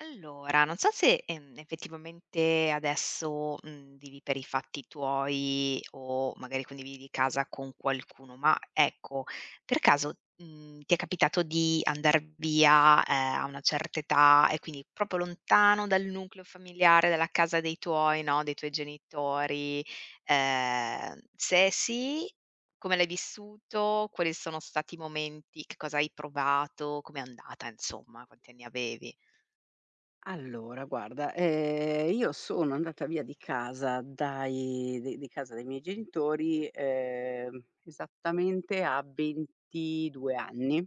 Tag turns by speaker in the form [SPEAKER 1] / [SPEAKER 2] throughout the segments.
[SPEAKER 1] Allora, non so se, effettivamente adesso, vivi per i fatti tuoi o magari condividi casa con qualcuno, ma ecco, per caso, ti è capitato di andar via, a una certa età e quindi proprio lontano dal nucleo familiare, dalla casa dei tuoi, no, dei tuoi genitori? Se sì, come l'hai vissuto? Quali sono stati i momenti? Che cosa hai provato? Com'è andata insomma? Quanti anni avevi?
[SPEAKER 2] Allora guarda, io sono andata via di casa dai miei genitori, esattamente a 22 anni.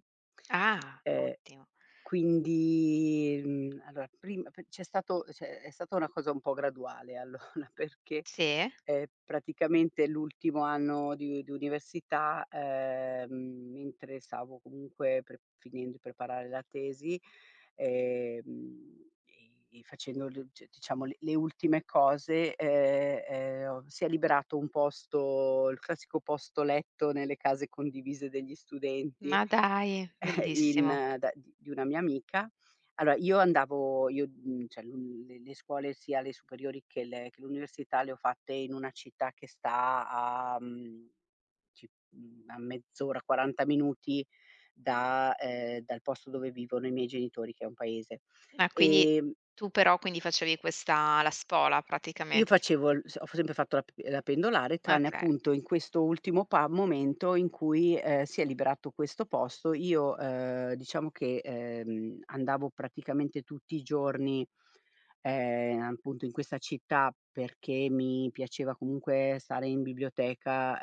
[SPEAKER 1] Ah,
[SPEAKER 2] Ehm
[SPEAKER 1] ottimo.
[SPEAKER 2] quindi, allora prima p c'è stato, cioè è stata una cosa un po' graduale, allora, perché,
[SPEAKER 1] Sì?
[SPEAKER 2] praticamente l'ultimo anno di università, mentre stavo comunque pre finendo di preparare la tesi, e facendo l cioè diciamo le ultime cose, ho si è liberato un posto, il classico posto letto nelle case condivise degli studenti,
[SPEAKER 1] Ma dai,
[SPEAKER 2] in
[SPEAKER 1] bellissimo.
[SPEAKER 2] da di una mia amica. Allora io andavo io, cioè l le scuole, sia le superiori che le che l'università, le ho fatte in una città che sta a, a mezz'ora, 40 minuti da dal posto dove vivono i miei genitori, che è un paese.
[SPEAKER 1] Ma quindi
[SPEAKER 2] Ehm
[SPEAKER 1] tu però quindi facevi questa la spola
[SPEAKER 2] Io
[SPEAKER 1] praticamente. F
[SPEAKER 2] facevo l s ho sempre fatto la pendolare, tranne
[SPEAKER 1] Okay,
[SPEAKER 2] appunto in questo ultimo pa momento in cui, si è liberato questo posto. Io, diciamo che, andavo praticamente tutti i giorni, appunto in questa città, perché mi piaceva comunque stare in biblioteca,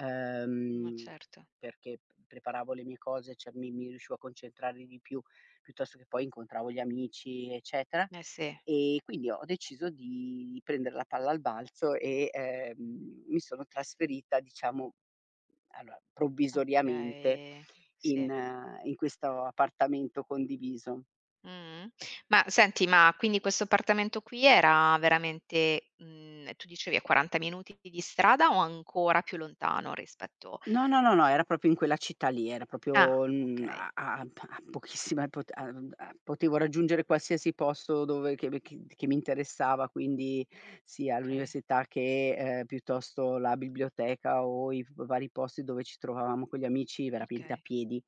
[SPEAKER 1] ma
[SPEAKER 2] ehm,
[SPEAKER 1] certo.
[SPEAKER 2] perché p preparavo le mie cose, cioè mi riuscivo a concentrare di più, piuttosto che poi incontravo gli amici, eccetera.
[SPEAKER 1] Eh sì,
[SPEAKER 2] E quindi ho deciso di prendere la palla al balzo e, mi sono trasferita, diciamo, allora provvisoriamente
[SPEAKER 1] okay, sì.
[SPEAKER 2] in questo appartamento condiviso.
[SPEAKER 1] Mh-mh. Ma senti, ma quindi questo appartamento qui era veramente, tu dicevi a 40 minuti di strada o ancora più lontano rispetto
[SPEAKER 2] No, no, no, no, era proprio in quella città lì, era
[SPEAKER 1] ah,
[SPEAKER 2] proprio, mhmm, a
[SPEAKER 1] okay,
[SPEAKER 2] a p a pochissima pot a mhmm, a potevo raggiungere qualsiasi posto dove che mi interessava, quindi sia
[SPEAKER 1] okay,
[SPEAKER 2] l'università che, piuttosto la biblioteca o i v vari posti dove ci trovavamo con gli amici, veramente a
[SPEAKER 1] okay.
[SPEAKER 2] piedi.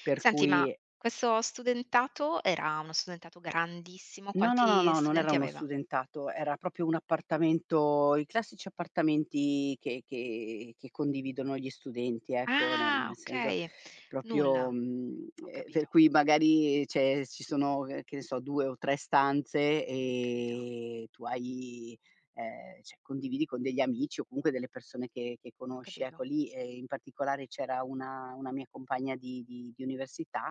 [SPEAKER 2] Per
[SPEAKER 1] Senti, ma
[SPEAKER 2] cui
[SPEAKER 1] questo studentato era uno studentato grandissimo?
[SPEAKER 2] no, no, no,
[SPEAKER 1] Quanti
[SPEAKER 2] no, non era
[SPEAKER 1] studenti
[SPEAKER 2] uno
[SPEAKER 1] aveva?
[SPEAKER 2] studentato, era proprio un appartamento, i classici appartamenti che condividono gli studenti, ecco, nel
[SPEAKER 1] Ah,
[SPEAKER 2] nel senso
[SPEAKER 1] okay.
[SPEAKER 2] proprio,
[SPEAKER 1] Nulla. Ho
[SPEAKER 2] per
[SPEAKER 1] capito,
[SPEAKER 2] cui magari c'è ci sono, che ne so, 2 o 3 stanze,
[SPEAKER 1] ho capito,
[SPEAKER 2] tu hai cioè condividi con degli amici o comunque delle persone che
[SPEAKER 1] ho
[SPEAKER 2] conosci. Ecco
[SPEAKER 1] capito.
[SPEAKER 2] lì, in particolare c'era una mia compagna di università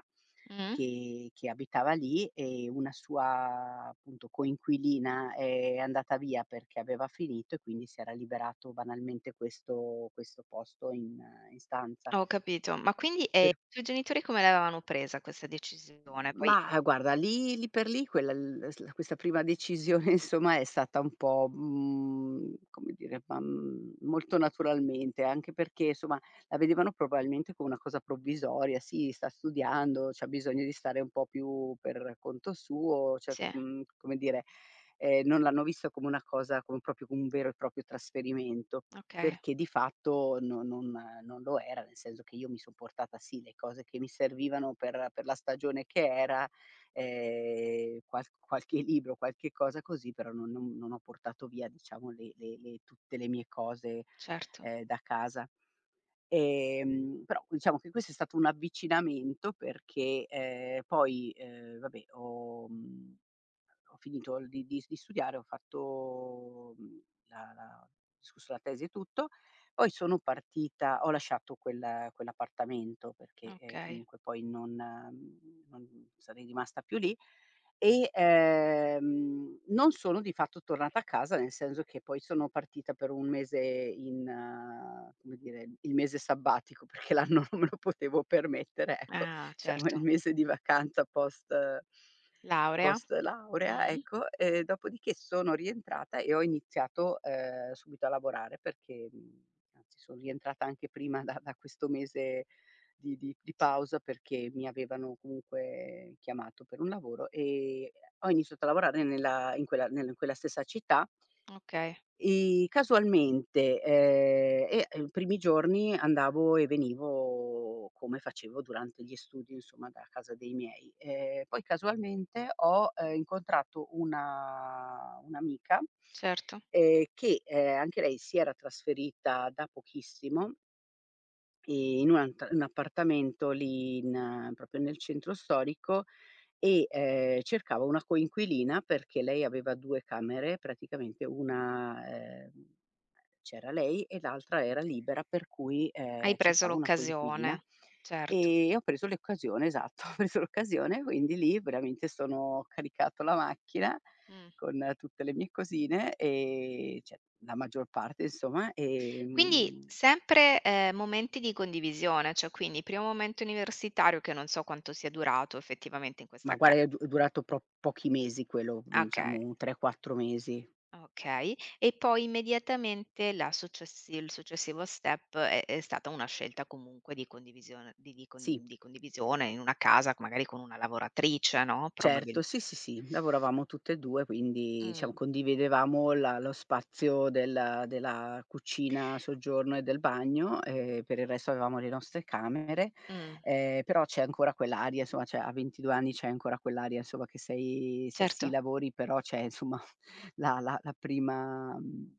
[SPEAKER 1] Mh.
[SPEAKER 2] che abitava lì, e una sua, appunto, coinquilina è andata via perché aveva finito, e quindi si era liberato banalmente questo posto in stanza.
[SPEAKER 1] Ho capito. Ma quindi,
[SPEAKER 2] Per
[SPEAKER 1] i tuoi genitori come l'avevano presa questa decisione? Poi
[SPEAKER 2] Mah, guarda, lì lì per lì quella l s questa prima decisione insomma è stata un po', come dire, molto naturalmente, anche perché insomma la vedevano probabilmente come una cosa provvisoria: "Sì, sta studiando, c'ha bisogno di stare un po' più per conto suo", cioè,
[SPEAKER 1] sì,
[SPEAKER 2] come dire, non l'hanno vista come una cosa, come proprio un vero e proprio trasferimento.
[SPEAKER 1] okay,
[SPEAKER 2] Perché di fatto non lo era, nel senso che io mi son portata, sì, le cose che mi servivano per la stagione che era, qualche libro, qualche cosa così, però non ho portato via, diciamo, le mie cose,
[SPEAKER 1] certo,
[SPEAKER 2] da casa. Però diciamo che questo è stato un avvicinamento perché, poi, vabbè, ho finito di studiare, ho fatto, mhmm, la la ho discusso la tesi e tutto, poi sono partita, ho lasciato quell'appartamento perché,
[SPEAKER 1] okay.
[SPEAKER 2] comunque poi non sarei rimasta più lì. E, non sono di fatto tornata a casa, nel senso che poi sono partita per un mese in come dire, il mese sabbatico, perché l'anno non me lo potevo permettere, ecco,
[SPEAKER 1] Ah,
[SPEAKER 2] diciamo il
[SPEAKER 1] certo.
[SPEAKER 2] mese di vacanza
[SPEAKER 1] Laurea?
[SPEAKER 2] post laurea,
[SPEAKER 1] Mh.
[SPEAKER 2] ecco. E dopodiché sono rientrata e ho iniziato, subito a lavorare perché, anzi son rientrata anche prima da questo mese di pausa, perché mi avevano comunque chiamato per un lavoro, e ho iniziato a lavorare nella in quella nel in quella stessa città,
[SPEAKER 1] Okay,
[SPEAKER 2] e casualmente, i primi giorni andavo e venivo come facevo durante gli studi, insomma, da casa dei miei. Poi casualmente ho, incontrato una un'amica,
[SPEAKER 1] certo.
[SPEAKER 2] che, anche lei si era trasferita da pochissimo in un appartamento lì in proprio nel centro storico, e, cercavo una coinquilina, perché lei aveva 2 camere, praticamente una c'era lei e l'altra era libera, per cui,
[SPEAKER 1] Hai preso
[SPEAKER 2] cercavo una
[SPEAKER 1] l'occasione,
[SPEAKER 2] coinquilina.
[SPEAKER 1] certo.
[SPEAKER 2] E ho preso l'occasione, esatto, ho preso l'occasione, quindi lì veramente sono ho caricato la macchina
[SPEAKER 1] Mh.
[SPEAKER 2] con tutte le mie cosine, cioè la maggior parte, insomma,
[SPEAKER 1] Quindi sempre, momenti di condivisione, cioè quindi primo momento universitario che non so quanto sia durato effettivamente in questa
[SPEAKER 2] Ma
[SPEAKER 1] acca
[SPEAKER 2] guarda, è durato pro pochi mesi quello,
[SPEAKER 1] ah okay,
[SPEAKER 2] diciamo un 3, 4 mesi.
[SPEAKER 1] okay, e poi immediatamente la successi il successivo step è stata una scelta comunque di condivisione di di con
[SPEAKER 2] Sì.
[SPEAKER 1] di condivisione in una casa co magari con una lavoratrice, no,
[SPEAKER 2] Certo,
[SPEAKER 1] probabilme
[SPEAKER 2] sì, sì, sì, lavoravamo tutte e 2, quindi
[SPEAKER 1] mh,
[SPEAKER 2] diciamo condividevamo la lo spazio della cucina, soggiorno e del bagno, e per il resto avevamo le nostre camere,
[SPEAKER 1] mh,
[SPEAKER 2] però c'è ancora quell'aria, insomma, cioè a 22 anni c'è ancora quell'aria, insomma, che sei, cioè sì,
[SPEAKER 1] certo,
[SPEAKER 2] lavori, però c'è, insomma, la la la prima mhmm,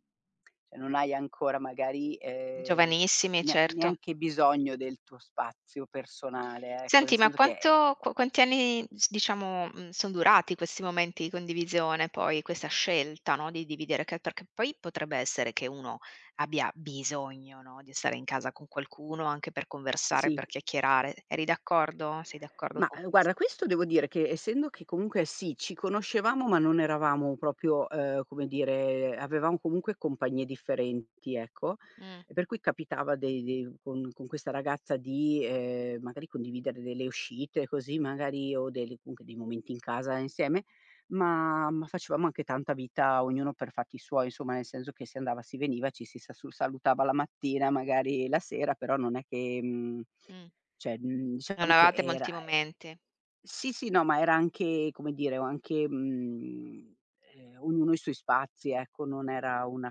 [SPEAKER 2] cioè non hai ancora magari,
[SPEAKER 1] giovanissimi,
[SPEAKER 2] ne
[SPEAKER 1] certo.
[SPEAKER 2] neanche bisogno del tuo spazio personale, ecco, nel
[SPEAKER 1] Senti, ma
[SPEAKER 2] senso che è
[SPEAKER 1] quanto qua quanti anni s diciamo, son durati questi momenti di condivisione poi, questa scelta, no, di dividere che perché poi potrebbe essere che uno abbia bisogno, no, di stare in casa con qualcuno anche per conversare, per
[SPEAKER 2] sì.
[SPEAKER 1] chiacchierare. Eri d'accordo? Sei d'accordo
[SPEAKER 2] Ma,
[SPEAKER 1] con ques
[SPEAKER 2] guarda, questo devo dire che essendo che comunque sì, ci conoscevamo, ma non eravamo proprio, come dire, avevamo comunque compagnie differenti, ecco,
[SPEAKER 1] mh,
[SPEAKER 2] e per cui capitava dei dei con questa ragazza di, magari condividere delle uscite così, magari, o delle, comunque, dei momenti in casa insieme, ma facevamo anche tanta vita ognuno per fatti suoi, insomma, nel senso che si andava, si veniva, ci si sa su salutava la mattina, magari la sera, però non è che,
[SPEAKER 1] mh.
[SPEAKER 2] cioè,
[SPEAKER 1] Non
[SPEAKER 2] diciamo che
[SPEAKER 1] avevate
[SPEAKER 2] era
[SPEAKER 1] molti momenti.
[SPEAKER 2] sì, sì, no, ma era anche, come dire, o anche, ognuno i suoi spazi, ecco, non era una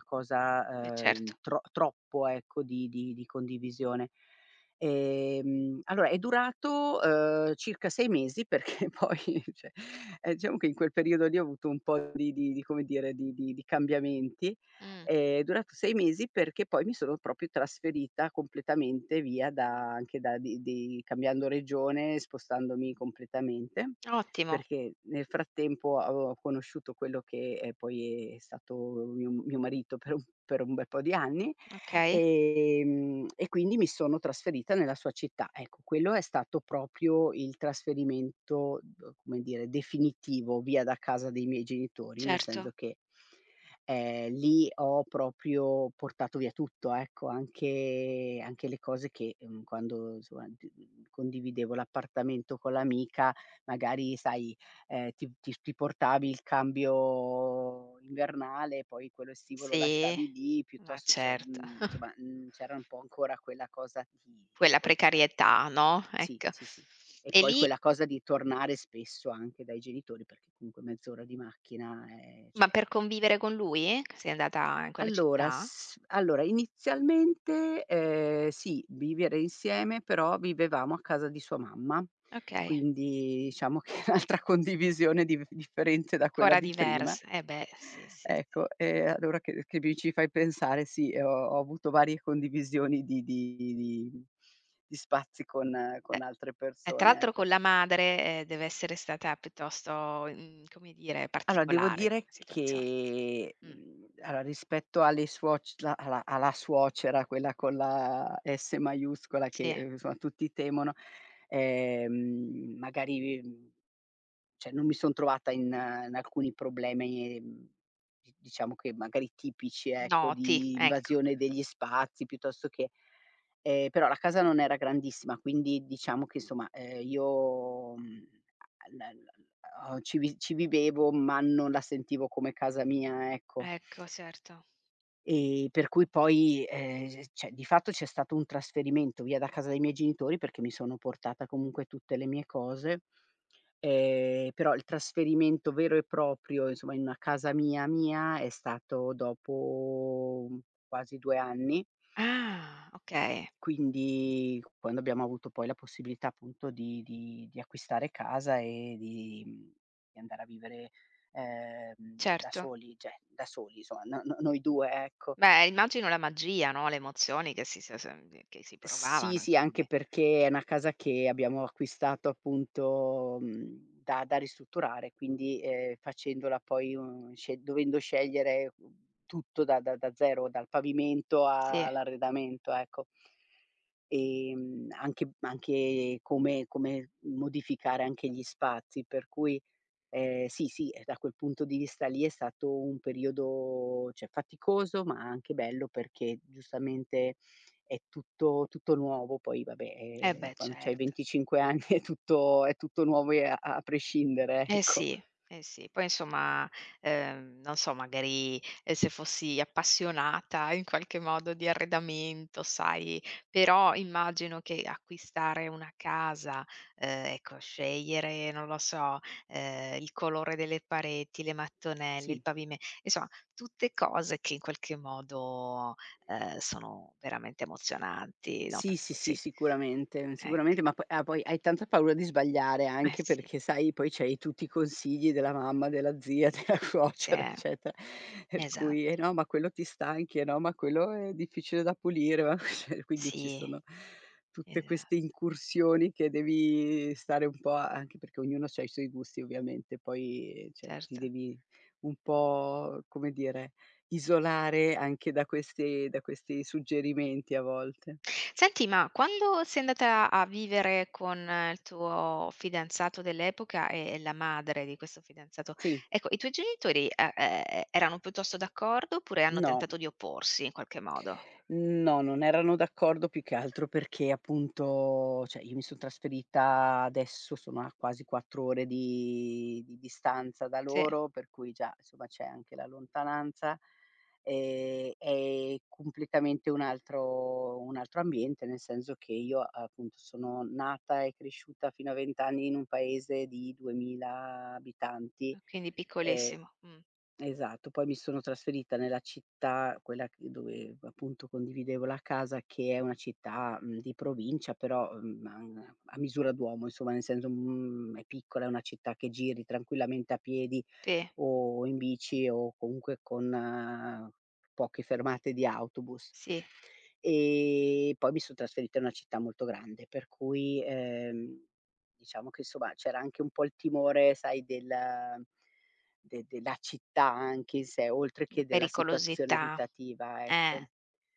[SPEAKER 1] Eh
[SPEAKER 2] cosa,
[SPEAKER 1] certo.
[SPEAKER 2] troppo, ecco, di condivisione. Allora è durato, circa 6 mesi, perché poi cioè, diciamo che in quel periodo lì ho avuto un po' di come dire, di cambiamenti.
[SPEAKER 1] Mh,
[SPEAKER 2] È durato 6 mesi perché poi mi sono proprio trasferita completamente via da, anche da di cambiando regione, spostandomi completamente,
[SPEAKER 1] ottimo,
[SPEAKER 2] perché nel frattempo avevo conosciuto quello che, poi è stato mio marito per un bel po' di anni,
[SPEAKER 1] okay.
[SPEAKER 2] e quindi mi sono trasferita nella sua città. Ecco, quello è stato proprio il trasferimento, come dire, definitivo, via da casa dei miei genitori, nel
[SPEAKER 1] Certo.
[SPEAKER 2] senso che lì ho proprio portato via tutto, ecco, anche le cose che, quando insomma condividevo l'appartamento con l'amica, magari, sai, ti portavi il cambio invernale, poi quello estivo lo
[SPEAKER 1] Sì,
[SPEAKER 2] lasciavi lì,
[SPEAKER 1] ma
[SPEAKER 2] piuttosto se
[SPEAKER 1] certo.
[SPEAKER 2] insomma, c'era un po' ancora quella cosa di
[SPEAKER 1] Quella
[SPEAKER 2] poi era
[SPEAKER 1] precarietà, no,
[SPEAKER 2] sì,
[SPEAKER 1] ecco.
[SPEAKER 2] sì, sì. E
[SPEAKER 1] E
[SPEAKER 2] poi
[SPEAKER 1] lì
[SPEAKER 2] quella cosa di tornare spesso anche dai genitori, perché comunque mezz'ora di macchina,
[SPEAKER 1] ma
[SPEAKER 2] cioè
[SPEAKER 1] per convivere con lui? Sei andata in quella
[SPEAKER 2] allora
[SPEAKER 1] città?
[SPEAKER 2] s allora inizialmente, sì, vivere insieme, però vivevamo a casa di sua mamma,
[SPEAKER 1] Okay,
[SPEAKER 2] quindi diciamo che un'altra condivisione div differente da quella
[SPEAKER 1] ancora
[SPEAKER 2] di prima.
[SPEAKER 1] divers eh beh, sì, sì, sì.
[SPEAKER 2] Ecco, e allora che mi ci fai pensare, sì, ho avuto varie condivisioni di spazi
[SPEAKER 1] Beh,
[SPEAKER 2] con altre
[SPEAKER 1] e tra
[SPEAKER 2] persone,
[SPEAKER 1] l'altro con
[SPEAKER 2] ecco.
[SPEAKER 1] la madre, deve essere stata piuttosto, come dire,
[SPEAKER 2] Allora, devo
[SPEAKER 1] particolare come
[SPEAKER 2] dire
[SPEAKER 1] situazione.
[SPEAKER 2] che,
[SPEAKER 1] Mh,
[SPEAKER 2] allora rispetto alle suoc la alla alla suocera, quella con la S maiuscola che,
[SPEAKER 1] sì,
[SPEAKER 2] insomma, tutti temono, magari, mhmm cioè non mi son trovata in alcuni problemi, di diciamo che magari tipici, ecco,
[SPEAKER 1] noti,
[SPEAKER 2] di
[SPEAKER 1] ecco,
[SPEAKER 2] invasione degli spazi, piuttosto che però la casa non era grandissima, quindi diciamo che insomma, io, mhmm, a la la la ho ci vi ci vivevo, ma non la sentivo come casa mia, ecco.
[SPEAKER 1] ecco, certo.
[SPEAKER 2] Per cui poi, s cioè di fatto c'è stato un trasferimento via da casa dei miei genitori, perché mi sono portata comunque tutte le mie cose, però il trasferimento vero e proprio, insomma, in una casa mia, mia, è stato dopo quasi 2 anni.
[SPEAKER 1] Ah, okay,
[SPEAKER 2] Quindi quando abbiamo avuto poi la possibilità appunto di acquistare casa e di di andare a vivere, da
[SPEAKER 1] certo.
[SPEAKER 2] soli, cioè da soli insomma, no no noi 2, ecco.
[SPEAKER 1] Beh, immagino la magia, no, le emozioni che si s s che si
[SPEAKER 2] Sì,
[SPEAKER 1] provavano in
[SPEAKER 2] sì,
[SPEAKER 1] quel
[SPEAKER 2] anche
[SPEAKER 1] momen
[SPEAKER 2] perché è una casa che abbiamo acquistato, appunto, da ristrutturare, quindi, facendola poi sce dovendo scegliere, tutto da zero, dal pavimento
[SPEAKER 1] sì,
[SPEAKER 2] all'arredamento, ecco. Anche come modificare anche gli spazi, per cui sì, sì, e da quel punto di vista lì è stato un periodo, cioè faticoso, ma anche bello perché, giustamente, è tutto nuovo, poi vabbè,
[SPEAKER 1] eh beh,
[SPEAKER 2] quando c'hai
[SPEAKER 1] certo.
[SPEAKER 2] 25 anni è tutto nuovo, e a prescindere,
[SPEAKER 1] Eh
[SPEAKER 2] ecco.
[SPEAKER 1] sì, eh sì. Poi insomma, non so, magari, se fossi appassionata in qualche modo di arredamento, sai, però immagino che acquistare una casa, ecco, scegliere, non lo so, il colore delle pareti, le mattonelle, il
[SPEAKER 2] Sì.
[SPEAKER 1] pavime insomma tutte cose che in qualche modo, sono veramente emozionanti, no,
[SPEAKER 2] Sì,
[SPEAKER 1] perché
[SPEAKER 2] sì,
[SPEAKER 1] poi
[SPEAKER 2] sì,
[SPEAKER 1] sei
[SPEAKER 2] sicuramente,
[SPEAKER 1] ecco,
[SPEAKER 2] sicuramente, ma poi, ah, poi hai tanta paura di sbagliare,
[SPEAKER 1] eh
[SPEAKER 2] anche
[SPEAKER 1] sì,
[SPEAKER 2] perché, sai, poi c'hai tutti i consigli della mamma, della zia, della
[SPEAKER 1] sì,
[SPEAKER 2] suocera, eccetera. Per cui: "Eh
[SPEAKER 1] esatto,
[SPEAKER 2] no, ma quello ti stanchi, eh no, ma quello è difficile da pulire, ma" cioè quindi ci
[SPEAKER 1] sì.
[SPEAKER 2] sono tutte
[SPEAKER 1] Esa
[SPEAKER 2] queste incursioni che devi stare un po' a anche perché ognuno c'ha i suoi gusti, ovviamente, poi cioè ti
[SPEAKER 1] certo.
[SPEAKER 2] devi un po', come dire, isolare anche da questi, suggerimenti a volte.
[SPEAKER 1] Senti, ma quando sei andata a vivere con il tuo fidanzato dell'epoca e la madre di questo fidanzato,
[SPEAKER 2] Sì,
[SPEAKER 1] ecco, i tuoi genitori, erano piuttosto d'accordo oppure hanno
[SPEAKER 2] no,
[SPEAKER 1] tentato di opporsi in qualche modo?
[SPEAKER 2] no, non erano d'accordo, più che altro perché, appunto, cioè io mi son trasferita, adesso sono a quasi 4 ore di distanza da
[SPEAKER 1] Sì,
[SPEAKER 2] loro, per cui già, insomma, c'è anche la lontananza, è completamente un altro ambiente, nel senso che io appunto sono nata e cresciuta fino a 20 anni in un paese di 2000 abitanti,
[SPEAKER 1] e quindi
[SPEAKER 2] ehm
[SPEAKER 1] piccolissimo.
[SPEAKER 2] Esatto. Poi mi sono trasferita nella città, quella che dove appunto condividevo la casa, che è una città, di provincia, però, a misura d'uomo, insomma, nel senso, è piccola, è una città che giri tranquillamente a piedi
[SPEAKER 1] Sì,
[SPEAKER 2] o in bici, o comunque con poche fermate di autobus.
[SPEAKER 1] sì,
[SPEAKER 2] E poi mi son trasferita in una città molto grande, per cui, diciamo che insomma c'era anche un po' il timore, sai, del de della città anche in sé, oltre
[SPEAKER 1] la
[SPEAKER 2] che della situazione
[SPEAKER 1] pericolosità.
[SPEAKER 2] abitativa, ecco.
[SPEAKER 1] Eh,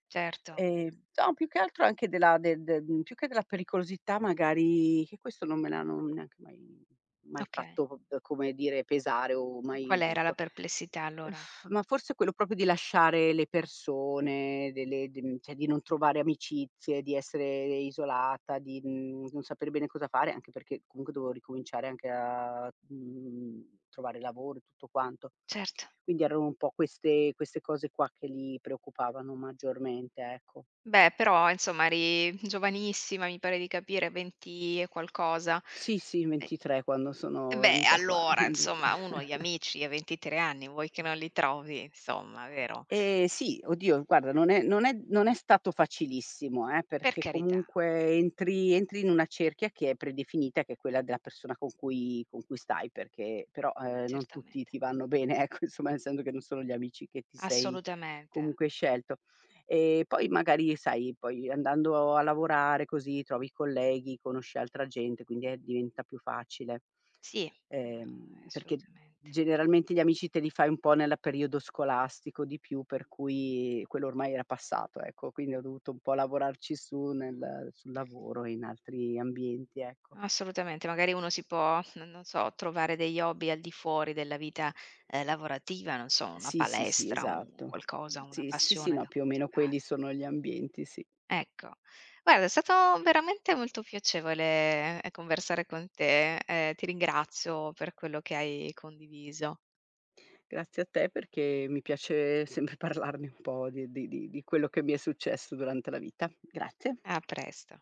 [SPEAKER 1] certo.
[SPEAKER 2] Ehm, no, più che altro anche della del de mhmm, più che della pericolosità, magari, che questo non me l'hanno neanche mai
[SPEAKER 1] Okay.
[SPEAKER 2] fatto, come dire, pesare, o
[SPEAKER 1] E
[SPEAKER 2] mai
[SPEAKER 1] qual era la
[SPEAKER 2] detto.
[SPEAKER 1] perplessità allora?
[SPEAKER 2] Uff, ma forse quello proprio di lasciare le persone, cioè di non trovare amicizie, di essere isolata, di, non sapere bene cosa fare, anche perché comunque dovevo ricominciare anche a, trovare lavoro e tutto quanto.
[SPEAKER 1] Certo.
[SPEAKER 2] Quindi erano un po' queste cose qua che li preoccupavano maggiormente, ecco.
[SPEAKER 1] Beh, però insomma eri giovanissima, mi pare di capire, 20 e qualcosa.
[SPEAKER 2] Sì, sì, 23 quando
[SPEAKER 1] E
[SPEAKER 2] sono
[SPEAKER 1] beh,
[SPEAKER 2] venuta qua,
[SPEAKER 1] allora
[SPEAKER 2] quindi
[SPEAKER 1] insomma uno gli amici a 23 anni vuoi che non li trovi, insomma, vero?
[SPEAKER 2] Sì, oddio, guarda, non è stato facilissimo,
[SPEAKER 1] Per
[SPEAKER 2] perché
[SPEAKER 1] carità,
[SPEAKER 2] comunque entri in una cerchia che è predefinita, che è quella della persona con cui stai, perché, però, non tutti
[SPEAKER 1] certamente,
[SPEAKER 2] ti vanno bene, ecco, insomma, nel senso che non sono gli amici che ti sei
[SPEAKER 1] assolutamente.
[SPEAKER 2] comunque scelto. E poi magari, sai, poi andando a lavorare così trovi colleghi, conosci altra gente, quindi, diventa più facile.
[SPEAKER 1] Sì, no,
[SPEAKER 2] Perché
[SPEAKER 1] assolutamente.
[SPEAKER 2] generalmente gli amici te li fai un po' nella periodo scolastico di più, per cui quello ormai era passato, ecco. Quindi ho dovuto un po' lavorarci su nel sul lavoro e in altri ambienti, ecco.
[SPEAKER 1] Assolutamente, magari uno si può, n non so, trovare degli hobby al di fuori della vita, lavorativa, non so, una
[SPEAKER 2] Sì, sì, sì,
[SPEAKER 1] palestra, un
[SPEAKER 2] esatto.
[SPEAKER 1] qualcosa, una
[SPEAKER 2] Sì, sì, sì,
[SPEAKER 1] passione
[SPEAKER 2] no,
[SPEAKER 1] da
[SPEAKER 2] più o meno
[SPEAKER 1] coltivare.
[SPEAKER 2] quelli sono gli ambienti, sì.
[SPEAKER 1] Ecco. Guarda, è stato veramente molto piacevole, conversare con te, ti ringrazio per quello che hai condiviso.
[SPEAKER 2] Grazie a te, perché mi piace sempre parlarne un po' di quello che mi è successo durante la vita. Grazie.
[SPEAKER 1] A presto.